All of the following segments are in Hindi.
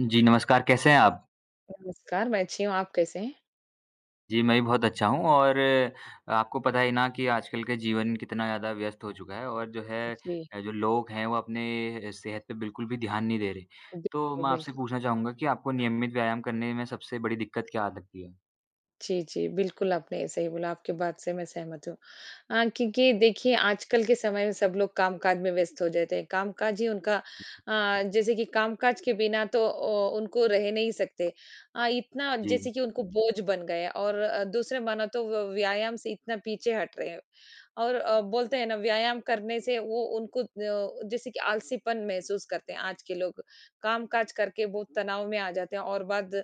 जी, नमस्कार, कैसे हैं आप? नमस्कार, मैं अच्छी हूँ, आप कैसे हैं? जी, मैं भी बहुत अच्छा हूँ और आपको पता ही ना कि आजकल के जीवन कितना ज़्यादा व्यस्त हो चुका है और जो है जी, जो लोग हैं, वो अपने सेहत पे बिल्कुल भी ध्यान नहीं दे रहे। तो बिल्कुल, मैं आपसे बिल्कुल। पूछना चाहूँगा कि आपको नियमित व्यायाम करने में सबसे बड़ी दिक्कत क्या आ लगती है? जी, जी, बिल्कुल आपने सही बोला, आपकी बात से मैं सहमत हूँ। हाँ, क्योंकि देखिए आजकल के समय में सब लोग कामकाज में व्यस्त हो जाते हैं। कामकाज ही उनका जैसे कि कामकाज के बिना तो उनको रह नहीं सकते। इतना जी, जैसे कि उनको बोझ बन गए हैं और दूसरे मानो तो व व्यायाम से इतना पीछे हट रहे हैं। और बोलते हैं ना व्यायाम करने से वो उनको जैसे कि आलसीपन महसूस करते हैं आज के लोग। कामकाज करके बहुत तनाव में आ जाते हैं और बाद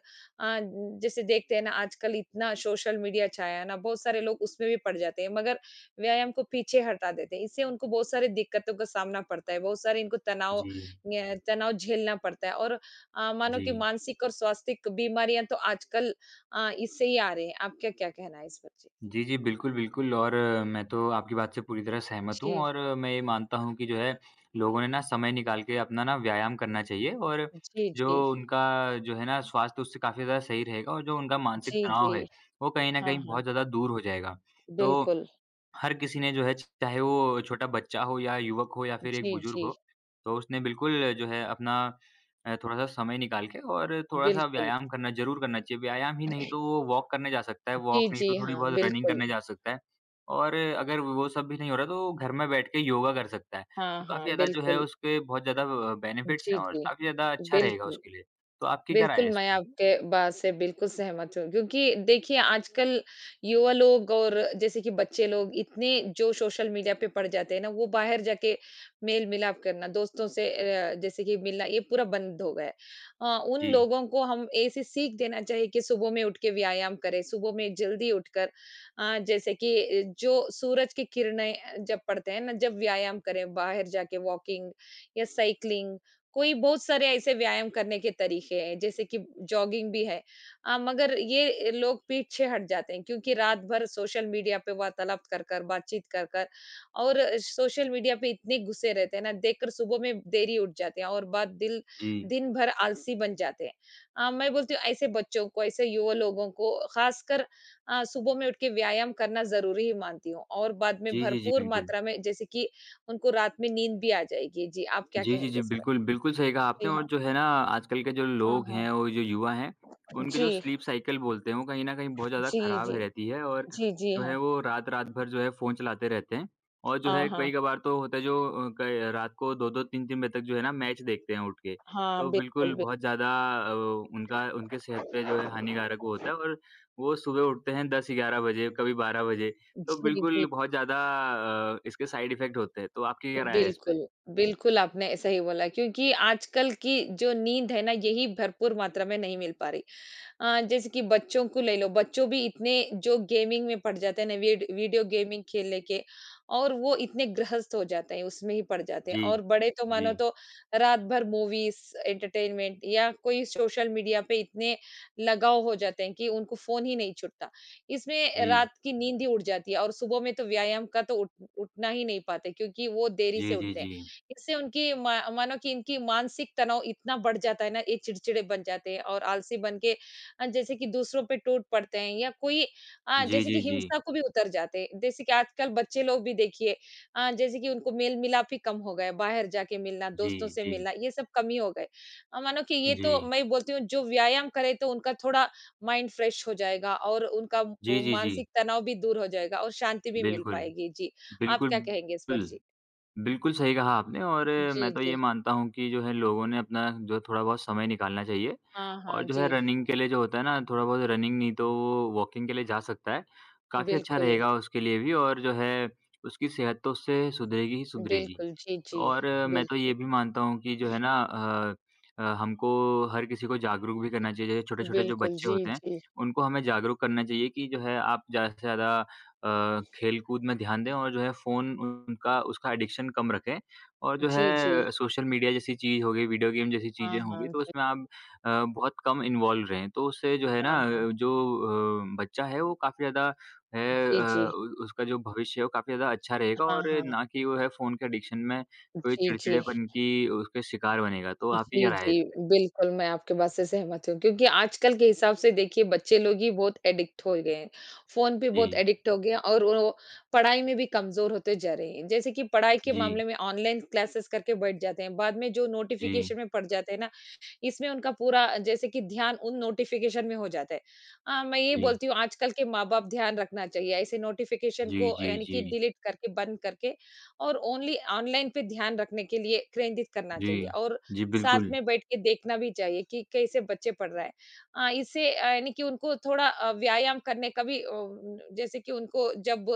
जैसे देखते हैं ना आजकल इतना सोशल मीडिया छाया है ना, बहुत सारे लोग उसमें भी पड़ जाते हैं मगर व्यायाम को पीछे हटा देते हैं। इससे उनको बहुत सारी दिक्कतों का सामना पड़ता है, बहुत सारे इनको तनाव जी, न्य तनाव झेलना पड़ता है और मानो जी। कि मानसिक और स्वास्थ्यिक बीमारियाँ तो आजकल इससे ही आ रही हैं। आपका क्या कहना है इस पर? जी, जी। बिल्कुल, बिल्कुल और मैं तो आपकी बात से पूरी तरह सहमत जी। हूँ और मैं ये मानता हूँ कि जो है, लोगों ने ना समय निकाल के अपना ना व्यायाम करना चाहिए और जी, जी, जो जी। उनका जो है ना स्वास्थ्य उससे काफ़ी ज़्यादा सही रहेगा और जो उनका मानसिक जी, तनाव है, जी। वो कहीं न हाँ, कहीं बहुत हाँ। ज़्यादा दूर हो जाएगा। तो बिल्कुल। हर किसी ने जो है चाहे वो छोटा बच्चा हो या युवक हो या फिर एक जी, बुजुर्ग जी। हो, तो उसने बिल्कुल जो है अपना थोड़ा-सा समय निकाल के और थोड़ा-सा बिल्कुल। व्यायाम करना ज़रूर करना चाहिए। व्यायाम ही नहीं तो वो वॉक करने जा सकता है, जी, वॉक नहीं जी। तो थोड़ी हाँ, बहुत रनिंग बिल्कुल। करने जा सकता है और अगर वो सब भी नहीं हो रहा तो घर में बैठ के योगा कर सकता है। हाँ, तो हाँ। काफ़ी ज़्यादा जो है बिल्कुल। उसके बहुत ज़्यादा ब बेनिफिट्स जी, हैं और जी। काफ़ी ज़्यादा अच्छा रहेगा बिल्कुल। उसके लिए। तो आपकी क्या राय है बिल्कुल, इस मैं पे? आपके बात से बिल्कुल सहमत हूँ क्योंकि देखिए आजकल युवा लोग और जैसे कि बच्चे लोग इतने जो सोशल मीडिया पे पड़ जाते हैं ना, वो बाहर जाके मेल-मिलाप करना, दोस्तों से जैसे कि मिलना ये पूरा बंद हो गया है। उन जी, लोगों को हम ऐसी सीख देना चाहिए कि सुबह में उठ के व्यायाम करें, सुबह में जल्दी उठकर जैसे कि जो सूरज की किरणें जब पड़ते हैं ना, जब व्यायाम करें, बाहर जाके वॉकिंग या साइक्लिंग कोई बहुत सारे ऐसे व्यायाम करने के तरीके हैं जैसे कि जॉगिंग भी है मगर ये लोग पीछे हट जाते हैं क्योंकि रात भर सोशल मीडिया पे वार्तालाप कर कर बातचीत कर कर और सोशल मीडिया पे इतने घुसे रहते हैं ना देखकर सुबह में देरी उठ जाते हैं और बाद दिल जी। दिन भर आलसी बन जाते हैं मैं बोलती हूँ ऐसे बच्चों को ऐसे युवा लोगों को खासकर सुबह में उठ के व्यायाम करना जरूरी ही मानती हूँ और बाद में जी, जी, जी, भरपूर बिल्कुल। मात्रा में जैसे कि उनको रात में नींद भी आ जाएगी जी आप क्या जी, जी, कहेंगे जी। इस पर बिल्कुल, बिल्कुल सही कहा आपने जी और हाँ। जो है ना आजकल के जो हाँ, लोग हाँ। हैं और जो युवा हैं, उनकी जो जी, स्लीप साइकिल बोलते हैं वो कहीं न कहीं बहुत ज़्यादा जी, खराब जी। है रहती है और जी, जी, जो हाँ। है वो रात-रात भर जो है फ़ोन चलाते रहते हैं। और जो हाँ, है हाँ। कई-कभार तो होता है जो क रात को 2-2 3-3 बजे तक जो है ना मैच देखते हैं उठ के। हाँ, तो बिल्कुल, बिल्कुल बिल बहुत ज़्यादा अ, उनका उनके सेहत पे जो है हानिकारक वो होता है और वो सुबह उठते हैं 10-11 बजे, कभी 12 बजे। तो जी, बिल्कुल जी। बहुत ज़्यादा इसके साइड इफ़ेक्ट होते हैं। तो आपकी क्या राय है इस पे? बिल्कुल, बिल्कुल आपने सही बोला क्योंकि आजकल की जो नींद है ना, यही भरपूर मात्रा में नहीं मिल पा रही। जैसे कि बच्चों को ले लो, बच्चों भी इतने जो गेमिंग में पड़ जाते हैं ना वीडियो गेमिंग खेलने के और वो इतने गृहस्थ हो जाते हैं, उसमें ही पड़ जाते हैं जी, और बड़े तो जी, मानो तो रात भर मूवीज़, एंटरटेनमेंट या कोई सोशल मीडिया पे इतने लगाव हो जाते हैं कि उनको फ़ोन ही नहीं छूटता। इसमें जी, रात की नींद ही उड़ जाती है और सुबह में तो व्यायाम का तो उठ उठना ही नहीं पाते क्योंकि वो देरी से जी, जी, उठते हैं। जी। इससे उनकी मा मानो कि इनकी मानसिक तनाव इतना बढ़ जाता है ना, ये चिड़चिड़े बन जाते हैं और आलसी बन के जैसे कि दूसरों पे टूट पड़ते हैं या कोई जी, जैसे कि जी, जी, हिंसा को भी उतर जाते हैं। जैसे कि आजकल बच्चे लोग भी देखिए जैसे कि उनको मेल-मिलाप ही कम हो गया है, बाहर जाके मिलना, जी, दोस्तों से जी, मिलना, ये सब कम ही हो गए। मानो कि ये जी। तो मैं बोलती हूँ जो व्यायाम करे तो उनका थोड़ा माइंड फ्रेश हो जाएगा और उनका जी, वो जी, जी, मानसिक तनाव भी दूर हो जाएगा और शांति भी मिल बिल्कुल, पाएगी। जी, आप बिल्कुल, क्या कहेंगे इस पर? जी। बिल्कुल। बिल्कुल सही कहा आपने और जी, मैं तो ये जी। मानता हूँ कि जो है लोगों ने अपना जो है थोड़ा बहुत समय निकालना चाहिए हाँ, हाँ, और जो है जी। रनिंग के लिए जो होता है ना थोड़ा बहुत रनिंग नहीं तो वो वॉकिंग के लिए जा सकता है। काफ़ी अच्छा बिल्कुल, रहेगा उसके लिए भी और जो है उसकी सेहत तो उससे सुधरेगी ही सुधरेगी। बिल्कुल। जी, जी। और मैं तो बिल्कुल, ये भी मानता हूँ कि जो है ना हमको हर किसी को जागरूक भी करना चाहिए। जैसे छोटे-छोटे जो बिल्कुल। बच्चे जी, होते हैं, जी। उनको हमें जागरूक करना चाहिए कि जो है आप ज़्यादा से ज़्यादा खेल-कूद में ध्यान दें और जो है फ़ोन उनका उसका एडिक्शन कम रखें। और जो जी, जी। है सोशल मीडिया जैसी चीज़ हो गई, वीडियो गेम जैसी हाँ, चीज़ें हो गई, हाँ। तो जी, उसमें आप अ, बहुत कम इन्वॉल्व रहें। तो उससे जो है हाँ, ना हाँ। बच्चा है वो काफ़ी ज़्यादा है जी, जी। उ उसका जो भविष्य है वो काफ़ी ज़्यादा अच्छा रहेगा हाँ, और हाँ। ना कि वो है फ़ोन के एडिक्शन में कोई जी, जी। चिड़चिड़ेपन की उसके शिकार बनेगा, तो आपकी जी, क्या राय है इस जी। पे? बिल्कुल, मैं आपके बात से सहमत हूँ क्योंकि आजकल के हिसाब से देखिए बच्चे लोग ही बहुत एडिक्ट हो गए हैं। फ़ोन पे बहुत जी, एडिक्ट हो गए हैं और वो पढ़ाई में भी कमज़ोर होते जा रहे हैं। जैसे कि पढ़ाई के जी, मामले में ऑनलाइन क्लासेस करके बैठ जाते हैं, बाद में जो जी, नोटिफ़िकेशन में पड़ जाते हैं ना इसमें उनका पूरा जैसे कि ध्यान उन नोटिफिकेशन में हो जाता है। मैं ये जी, बोलती हूँ आजकल के माँ-बाप ध्यान रखना चाहिए, ऐसे नोटिफिकेशन जी, को जी, यानी कि जी, डिलीट करके, बंद करके और ओनली ऑनलाइन पे ध्यान रखने के लिए केंद्रित करना जी, चाहिए और जी, साथ बिल्कुल। में बैठ के देखना भी चाहिए कि कैसे बच्चे पढ़ रहा है। इससे यानी कि उनको थोड़ा व्यायाम करने का भी जैसे कि उनको जब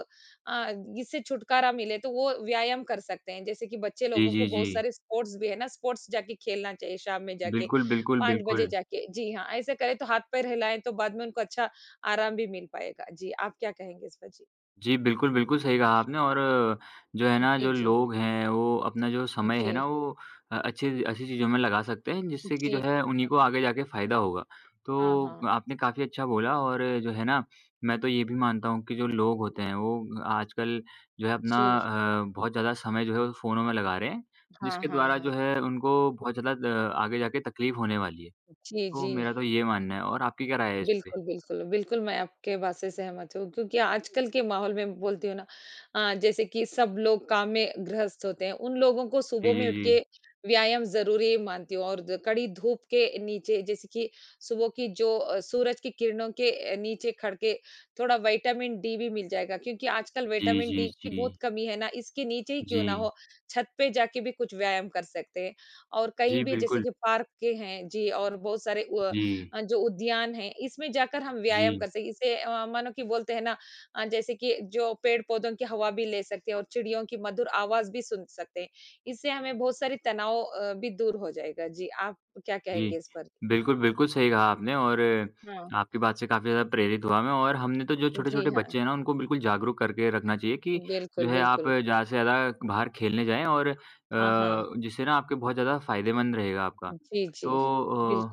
अ, इससे छुटकारा मिले तो वो व्यायाम कर सकते हैं। जैसे कि बच्चे जी, लोगों को जी, जी। बहुत सारे स्पोर्ट्स भी है ना, स्पोर्ट्स जाके खेलना चाहिए शाम में जाके। बिल्कुल, बिल्कुल, 5 बजे बिल्कुल। जाके जी हाँ, ऐसा करें तो हाथ-पैर हिलाएँ तो बाद में उनको अच्छा आराम भी मिल पाएगा। जी, आप क्या कहेंगे इस पर? जी। जी, बिल्कुल, बिल्कुल सही कहा आपने और जो है ना, जी, जो जी। लोग हैं, वो अपना जो समय है जी, ना, वो अच्छी अच्छी चीज़ों में लगा सकते हैं, जिससे कि जो जी। है, उन्हीं को आगे जाके फ़ायदा होगा। तो हाँ, हाँ। आपने काफ़ी अच्छा बोला और जो है ना, मैं तो ये भी मानता हूँ कि जो लोग होते हैं, वो आजकल जो है अपना जी। बहुत ज़्यादा समय जो है, वो फ़ोनों में लगा रहे हैं, हाँ, जिसके हाँ, द्वारा हाँ। जो है, उनको बहुत ज़्यादा द आगे जाके तकलीफ़ होने वाली है। जी, तो जी। मेरा तो ये मानना है और आपकी क्या राय है इस पे? बिल्कुल, बिल्कुल। बिल्कुल, मैं आपके बात से सहमत हूँ क्योंकि आजकल के माहौल में बोलती हूँ ना जैसे कि सब लोग काम में गृहस्थ होते हैं, उन लोगों को जी, सुबह में जी, उठ के जी। व्यायाम ज़रूरी मानती हूँ और द कड़ी धूप के नीचे जैसे कि सुबह की जो सूरज की किरणों के नीचे खड़ के थोड़ा विटामिन डी भी मिल जाएगा क्योंकि आजकल जी, विटामिन जी, डी की जी। बहुत कमी है ना, इसके नीचे ही जी। क्यों ना हो, छत पे जाके भी कुछ व्यायाम कर सकते हैं। और कहीं जी, भी जैसे बिल्कुल। कि पार्क के हैं जी और बहुत सारे व जी, जो उद्यान है इसमें जाकर हम व्यायाम जी, कर सकें। इसे मानो कि बोलते हैं ना जैसे कि जो पेड़-पौधों की हवा भी ले सकते हैं और चिड़ियों की मधुर आवाज़ भी सुन सकते हैं। इससे हमें बहुत सारी तनाव भी दूर हो जाएगा। जी, आप क्या कहेंगे जी। इस पर? बिल्कुल, बिल्कुल सही कहा आपने और हाँ। आपकी बात से काफ़ी ज़्यादा प्रेरित हुआ मैं और हमने तो जो जी छोटे-छोटे हाँ, बच्चे हैं ना, उनको बिल्कुल जागरूक करके रखना चाहिए कि बिल्कुल, जो है आप बिल्कुल। ज़्यादा से ज़्यादा बाहर खेलने जाएँ और हाँ, हाँ। जिससे ना आपके बहुत ज़्यादा फ़ायदेमंद रहेगा आपका। जी, जी, तो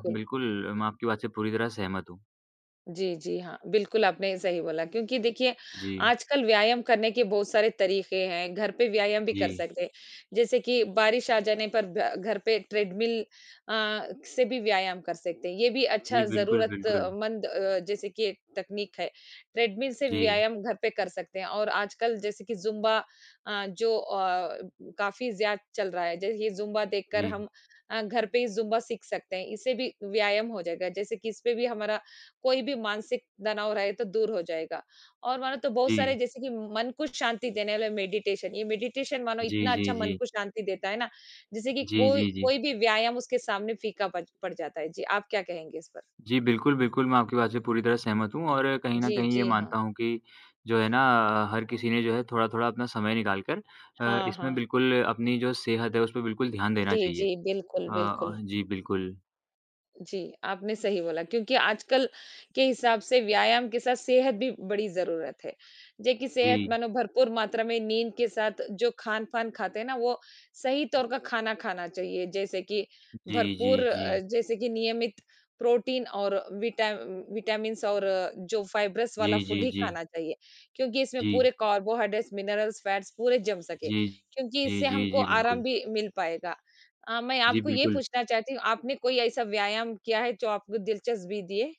बिल्कुल मैं आपकी बात से पूरी तरह सहमत हूँ। जी, जी, हाँ। बिल्कुल, आपने सही बोला क्योंकि देखिए जी, आजकल व्यायाम करने के बहुत सारे तरीके हैं, घर पे व्यायाम भी जी। कर सकते हैं। जैसे कि बारिश आ जाने पर ब घर पे ट्रेडमिल अ, से भी व्यायाम कर सकते हैं। ये भी जी, अच्छा बिल्कुल, बिल्कुल। ज़रूरतमंद जैसे कि एक तकनीक है। ट्रेडमिल से जी, व्यायाम घर पे कर सकते हैं और आजकल जैसे कि ज़ुम्बा जो काफ़ी ज़्यादा चल रहा है। जैसे ये ज़ुम्बा देखकर जी, हम घर पे ही ज़ुम्बा सीख सकते हैं। इससे भी व्यायाम हो जाएगा। जैसे कि इसपे भी हमारा कोई भी मानसिक तनाव रहे तो दूर हो जाएगा। और मानो तो बहुत सारे जी। जैसे कि मन को शांति देने वाले मेडिटेशन, ये मेडिटेशन मानो जी, इतना जी, अच्छा मन जी। को शांति देता है ना, जैसे कि जी, कोई जी, जी। कोई भी व्यायाम उसके सामने फीका पड़ पड़ जाता है। जी, आप क्या कहेंगे इस पर? जी, बिल्कुल, बिल्कुल, मैं आपकी बात से पूरी तरह सहमत हूँ और कहीं न जी, कहीं ये जी, हाँ। मानता हूँ कि जो है ना हर किसी ने जो है थोड़ा-थोड़ा अपना समय निकाल कर हाँ, इसमें हाँ। बिल्कुल अपनी जो सेहत है, उस पे बिल्कुल ध्यान देना जी, चाहिए। जी, बिल्कुल, बिल्कुल। जी, बिल्कुल। जी, आपने सही बोला क्योंकि आजकल के हिसाब से व्यायाम के साथ सेहत भी बड़ी ज़रूरत है। जे कि जी। सेहत मानो भरपूर मात्रा में नींद के साथ जो खान-पान खाते हैं ना, वो सही तौर का खाना खाना चाहिए। जैसे कि जी, जी, भरपूर जी। जैसे कि नियमित प्रोटीन और विटा विटामिन्स और जो फाइब्रस जी, वाला फूड जी, ही जी। खाना चाहिए, क्योंकि इसमें जी। पूरे कार्बोहाइड्रेट्स, मिनरल्स, फैट्स पूरे जम सके, जी। क्योंकि जी, इससे जी, हमको जी, आराम बिल्कुल। भी मिल पाएगा। मैं जी, आपको ये बिल्कुल। पूछना चाहती हूँ, आपने कोई ऐसा व्यायाम किया है जो आपको दिलचस्पी दिए?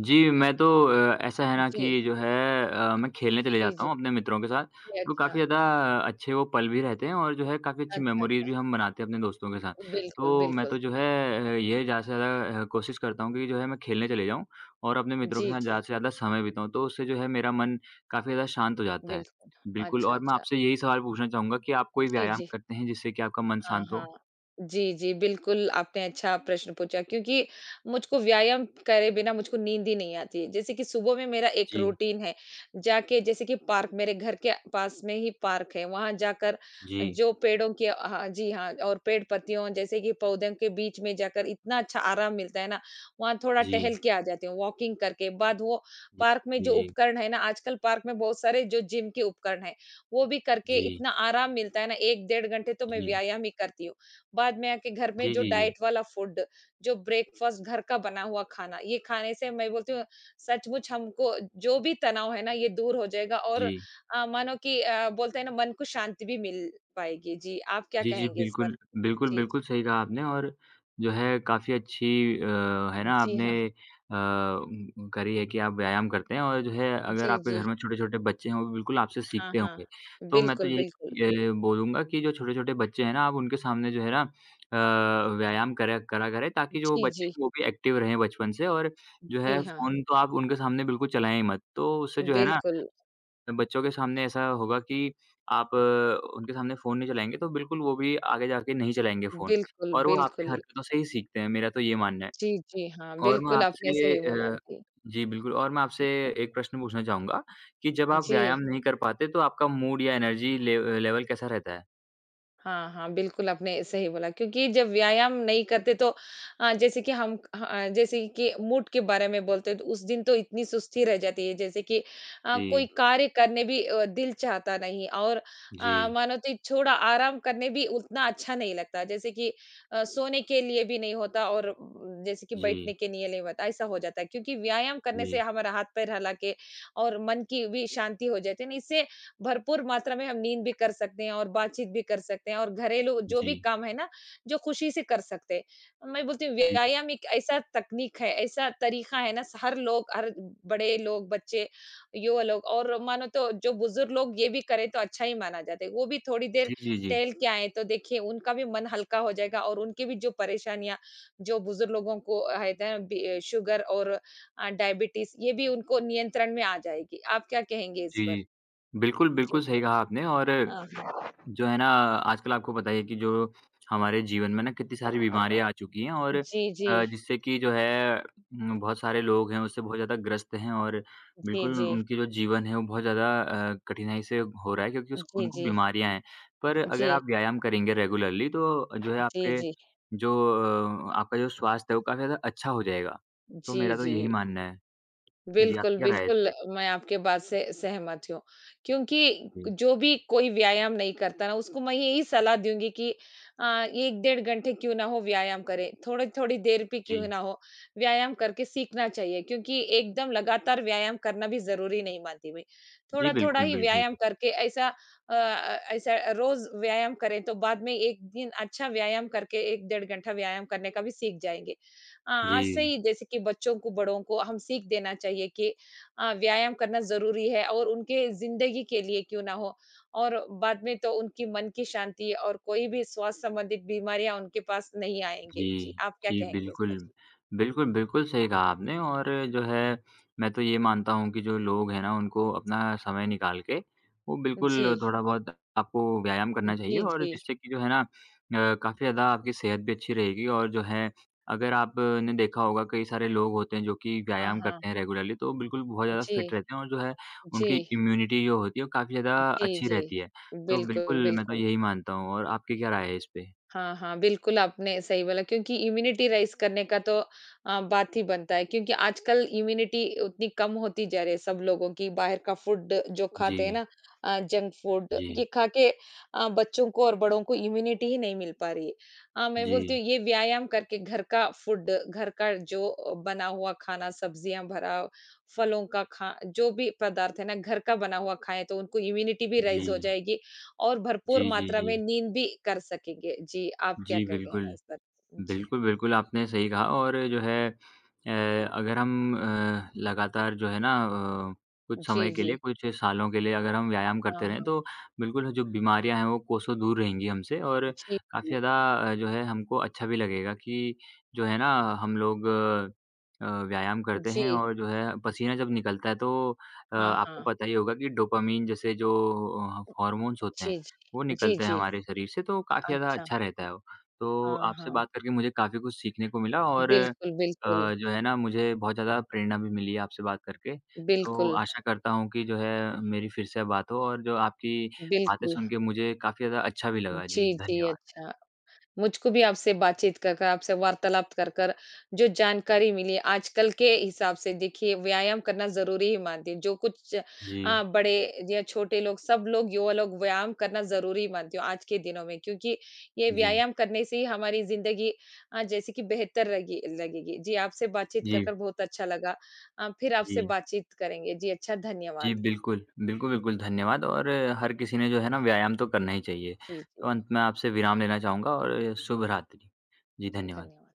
जी, मैं तो ऐसा है ना जी। कि जो है मैं खेलने चले जी, जाता जी। हूँ अपने मित्रों के साथ, जी, तो अच्छा। काफ़ी ज़्यादा अच्छे वो पल भी रहते हैं और जो है काफ़ी अच्छी अच्छा, मेमोरीज़ अच्छा। भी हम बनाते हैं अपने दोस्तों के साथ। बिल्कुल, तो मैं बिल्कुल। तो जो है ये ज़्यादा से ज़्यादा कोशिश करता हूँ कि जो है मैं खेलने चले जाऊँ और अपने मित्रों के जी, साथ जी। ज़्यादा से ज़्यादा समय बिताऊँ, तो उससे जो है मेरा मन काफ़ी ज़्यादा शांत हो जाता है। बिल्कुल। बिल्कुल अच्छा, और मैं अच्छा। आपसे यही सवाल पूछना चाहूँगा कि आप कोई जी, व्यायाम जी। करते हैं जिससे कि आपका मन हाँ, शांत हाँ। हो? जी, जी, बिल्कुल आपने अच्छा प्रश्न पूछा क्योंकि मुझको व्यायाम करे बिना मुझको नींद ही नहीं आती है। जैसे कि सुबह में मेरा एक जी, रूटीन है, जाके जैसे कि पार्क मेरे घर के पास में ही पार्क है, वहाँ जाकर जी, जो पेड़ों के हाँ, जी हाँ और पेड़-पत्तियों जैसे कि पौधों के बीच में जाकर इतना अच्छा आराम मिलता है ना, वहाँ थोड़ा टहल जी, के आ जाती हूँ वॉकिंग करके। बाद वो जी, पार्क में जो जी, उपकरण है ना, आजकल पार्क में बहुत सारे जो जिम के उपकरण हैं। वो भी करके जी, इतना आराम मिलता है ना 1 डेढ़ घंटे तो मैं जी, व्यायाम ही करती हूँ। बाद में आके घर में जी, जो जी, जी, जी, डाइट वाला फूड, जो ब्रेकफ़ास्ट घर का बना हुआ खाना, ये खाने से मैं बोलती हूँ सचमुच हमको जो भी तनाव है ना ये दूर हो जाएगा और जी। मानो कि बोलते हैं ना मन को शांति भी मिल पाएगी। जी, आप क्या जी, जी, कहेंगे इस पर? बिल्कुल। बिल्कुल, जी, बिल्कुल जी। सही कहा आपने और जो है काफ़ी अच्छी अ, है ना जी आपने हाँ। हुँ। करी है कि आप व्यायाम करते हैं और जो है अगर जी, आपके जी। घर में छोटे-छोटे बच्चे हैं, वो भी बिल्कुल आपसे हाँ, सीखते हाँ। होंगे। तो मैं तो बिल्कुल, यही बिल्कुल। बोलूँगा कि जो छोटे-छोटे बच्चे हैं ना, आप उनके सामने जो है ना अ, व्यायाम करा करा करें ताकि जो जी, बच्चे जी। हैं, वो भी एक्टिव रहें बचपन से और जो जी है हाँ। फ़ोन तो आप उनके सामने बिल्कुल चलाएँ ही मत। तो उससे जो है ना बिल्कुल, बच्चों के सामने ऐसा होगा कि आप उनके सामने फ़ोन नहीं चलाएँगे, तो बिल्कुल वो भी आगे जाके नहीं चलाएँगे फ़ोन बिल्कुल, और वो आपकी बिल्कुल। हरकतों से ही सीखते हैं, मेरा तो ये मानना है। जी, जी हाँ। और मैं बिल्कुल आपने आपसे सही बोला। अ, जी। जी बिल्कुल और मैं आपसे एक प्रश्न पूछना चाहूँगा कि जब आप व्यायाम जी, नहीं कर पाते, तो आपका मूड या एनर्जी ले लेवल कैसा रहता है? हाँ, हाँ, बिल्कुल आपने सही बोला क्योंकि जब व्यायाम नहीं करते तो जैसे कि हम ह जैसे कि मूड के बारे में बोलते हैं तो उस दिन तो इतनी सुस्ती रह जाती है जैसे कि कोई जी, कार्य करने भी दिल चाहता नहीं और जी, मानो तो थोड़ा आराम करने भी उतना अच्छा नहीं लगता जैसे कि सोने के लिए भी नहीं होता और जैसे कि बैठने जी, के लिए नहीं होता ऐसा हो जाता है क्योंकि व्यायाम करने से जी, हमारा हाथ-पैर हिला के और मन की भी शांति हो जाती है ना इससे भरपूर मात्रा में हम नींद भी कर सकते हैं और बातचीत भी कर सकते हैं और घरेलू जो भी जी, काम है ना, जो खुशी से कर सकते हैं। मैं बोलती हूँ जी, व्यायाम एक ऐसा तकनीक है, ऐसा तरीका है ना हर लोग हर बड़े लोग, बच्चे, युवा लोग और मानो तो जो बुजुर्ग लोग ये भी करें तो अच्छा ही माना जाता है। वो भी थोड़ी देर जी, जी, जी, टहल के आएँ तो देखिए उनका भी मन हल्का हो जाएगा और उनकी भी जो परेशानियाँ जो बुजुर्ग लोगों को है ना बी शुगर और डायबिटीज़ ये भी उनको नियंत्रण में आ जाएगी। आप क्या कहेंगे इस जी, पर? जी। बिल्कुल, बिल्कुल जी। सही कहा आपने और हाँ, हाँ। जो है ना आजकल आपको पता ही है कि जो हमारे जीवन में ना कितनी सारी बीमारियाँ आ चुकी हैं और जी, जी। जिससे कि जो है बहुत सारे लोग हैं उससे बहुत ज़्यादा ग्रस्त हैं और जी, बिल्कुल जी। उनकी जो जीवन है वो बहुत ज़्यादा कठिनाई से हो रहा है क्योंकि उस जी, उनको जी। बीमारियाँ हैं। पर अगर जी, आप व्यायाम करेंगे रेगुलरली तो जो है जी, आपके जी, जी। जो आपका जो स्वास्थ्य है वो काफ़ी ज़्यादा अच्छा हो जाएगा। तो जी, मेरा तो जी। यही मानना है। जी, आपकी बिल्कुल, क्या राय है इस बिल्कुल, पे? मैं आपके बात से सहमत हूँ, क्योंकि जी, जो भी कोई व्यायाम नहीं करता ना, उसको मैं यही सलाह दूँगी कि 1 डेढ़ घंटे क्यों ना हो व्यायाम करें, थोड़ी-थोड़ी देर भी जी। क्यों ना हो, व्यायाम करके सीखना चाहिए क्योंकि एकदम लगातार व्यायाम करना भी ज़रूरी नहीं मानती मैं। जी, थोड़ा-थोड़ा बिल्कुल, ही बिल्कुल। व्यायाम करके ऐसा ऐसा रोज़ व्यायाम करें, तो बाद में एक दिन अच्छा व्यायाम करके 1 डेढ़ घंटा व्यायाम करने का भी सीख जाएँगे। हाँ, आज से जी। ही जैसे कि बच्चों को, बड़ों को हम सीख देना चाहिए कि व्यायाम करना ज़रूरी है और उनके ज़िंदगी के लिए क्यों ना हो और बाद में तो उनकी मन की शांति और कोई भी स्वास्थ्य संबंधित बीमारियाँ उनके पास नहीं आएँगे। जी, जी, आप क्या जी, कहेंगे इस बिल्कुल। पर? जी। बिल्कुल, बिल्कुल सही कहा आपने और जो है, मैं तो ये मानता हूँ कि जो लोग हैं ना, उनको अपना समय निकाल के, वो जी। बिल्कुल थोड़ा-बहुत आपको व्यायाम करना चाहिए जी, और जी। जिससे कि जो है ना काफ़ी ज़्यादा आपकी सेहत भी अच्छी रहेगी और जो है, अगर आपने देखा होगा कई सारे लोग होते हैं जो कि हाँ, व्यायाम हाँ। करते हैं रेगुलरली, तो बिल्कुल बहुत ज़्यादा जी, फिट रहते हैं और जो है, जी, उनकी इम्यूनिटी जो होती है, वो काफ़ी ज़्यादा जी, अच्छी जी। रहती है। तो बिल्कुल, बिल्कुल, मैं तो बिल्कुल। यही मानता हूँ और आपकी क्या राय है इस पे? हाँ, हाँ, बिल्कुल आपने सही बोला क्योंकि इम्यूनिटी राइज़ करने का तो बात ही बनता है क्योंकि आजकल इम्यूनिटी उतनी कम होती जा रही है सब लोगों की, बाहर का फूड जो खाते हैं जी, ना जंक फूड जी। ये खा के बच्चों को और बड़ों को इम्यूनिटी ही नहीं मिल पा रही है। मैं बोलती जी, हूँ ये व्यायाम करके घर का फूड, घर का जो बना हुआ खाना, सब्जियाँ भरा, फलों का खा जो भी पदार्थ है ना घर का बना हुआ खाएँ तो उनको इम्यूनिटी भी जी। राइज़ हो जाएगी और भरपूर जी, जी, मात्रा जी। में नींद भी कर सकेंगे। जी, आप क्या जी, क कहना है बिल्कुल। इस पर? जी, बिल्कुल, बिल्कुल, आपने सही कहा और जो है अ, अगर हम लगातार जो है ना अ, कुछ जी, समय के जी। लिए, कुछ सालों के लिए अगर हम व्यायाम हाँ, करते रहें, हाँ। तो बिल्कुल जो बीमारियाँ हैं, वो कोसों दूर रहेंगी हमसे और जी, काफ़ी जी। ज़्यादा जो है हमको अच्छा भी लगेगा कि जो है ना हम लोग व्यायाम करते हैं जी, और जो है पसीना जब निकलता है, तो हाँ, आपको हाँ। पता ही होगा कि डोपामाइन जैसे हार्मोन्स होते जी, हैं, वो जी। जी, निकलते हैं जी। हमारे शरीर से, तो काफ़ी ज़्यादा अच्छा। अच्छा रहता है वो। तो हाँ, आपसे हाँ। बात करके मुझे काफ़ी कुछ सीखने को मिला और बिल्कुल, बिल्कुल। जो है ना मुझे बहुत ज़्यादा प्रेरणा भी मिली है आपसे बात करके। तो बिल्कुल, आशा करता हूँ कि जो है मेरी फिर से बात हो और जो आपकी बातें बिल्कुल। सुन के मुझे काफ़ी ज़्यादा अच्छा भी लगा। जी, जी, जी, धन्यवाद। अच्छा। मुझको भी आपसे बातचीत कर कर, आपसे वार्तालाप कर कर जो जानकारी मिली आजकल के हिसाब से देखिए व्यायाम करना ज़रूरी ही मानती हूँ। जो कुछ जी, बड़े या छोटे लोग सब लोग युवा लोग व्यायाम करना ज़रूरी मानती हूँ आज के दिनों में क्योंकि ये जी, व्यायाम करने से ही हमारी ज़िंदगी जैसे कि बेहतर लगी लगेगी। जी, आपसे बातचीत कर जी, कर बहुत अच्छा लगा। फिर आपसे जी। बातचीत करेंगे। जी, अच्छा जी, धन्यवाद। बिल्कुल। बिल्कुल, बिल्कुल धन्यवाद और हर किसी ने जो है ना व्यायाम तो करना ही चाहिए। जी, जी, तो अंत में आपसे विराम लेना चाहूँगा और शुभ रात्रि। जी, अच्छा धन्यवाद। धन्यवाद।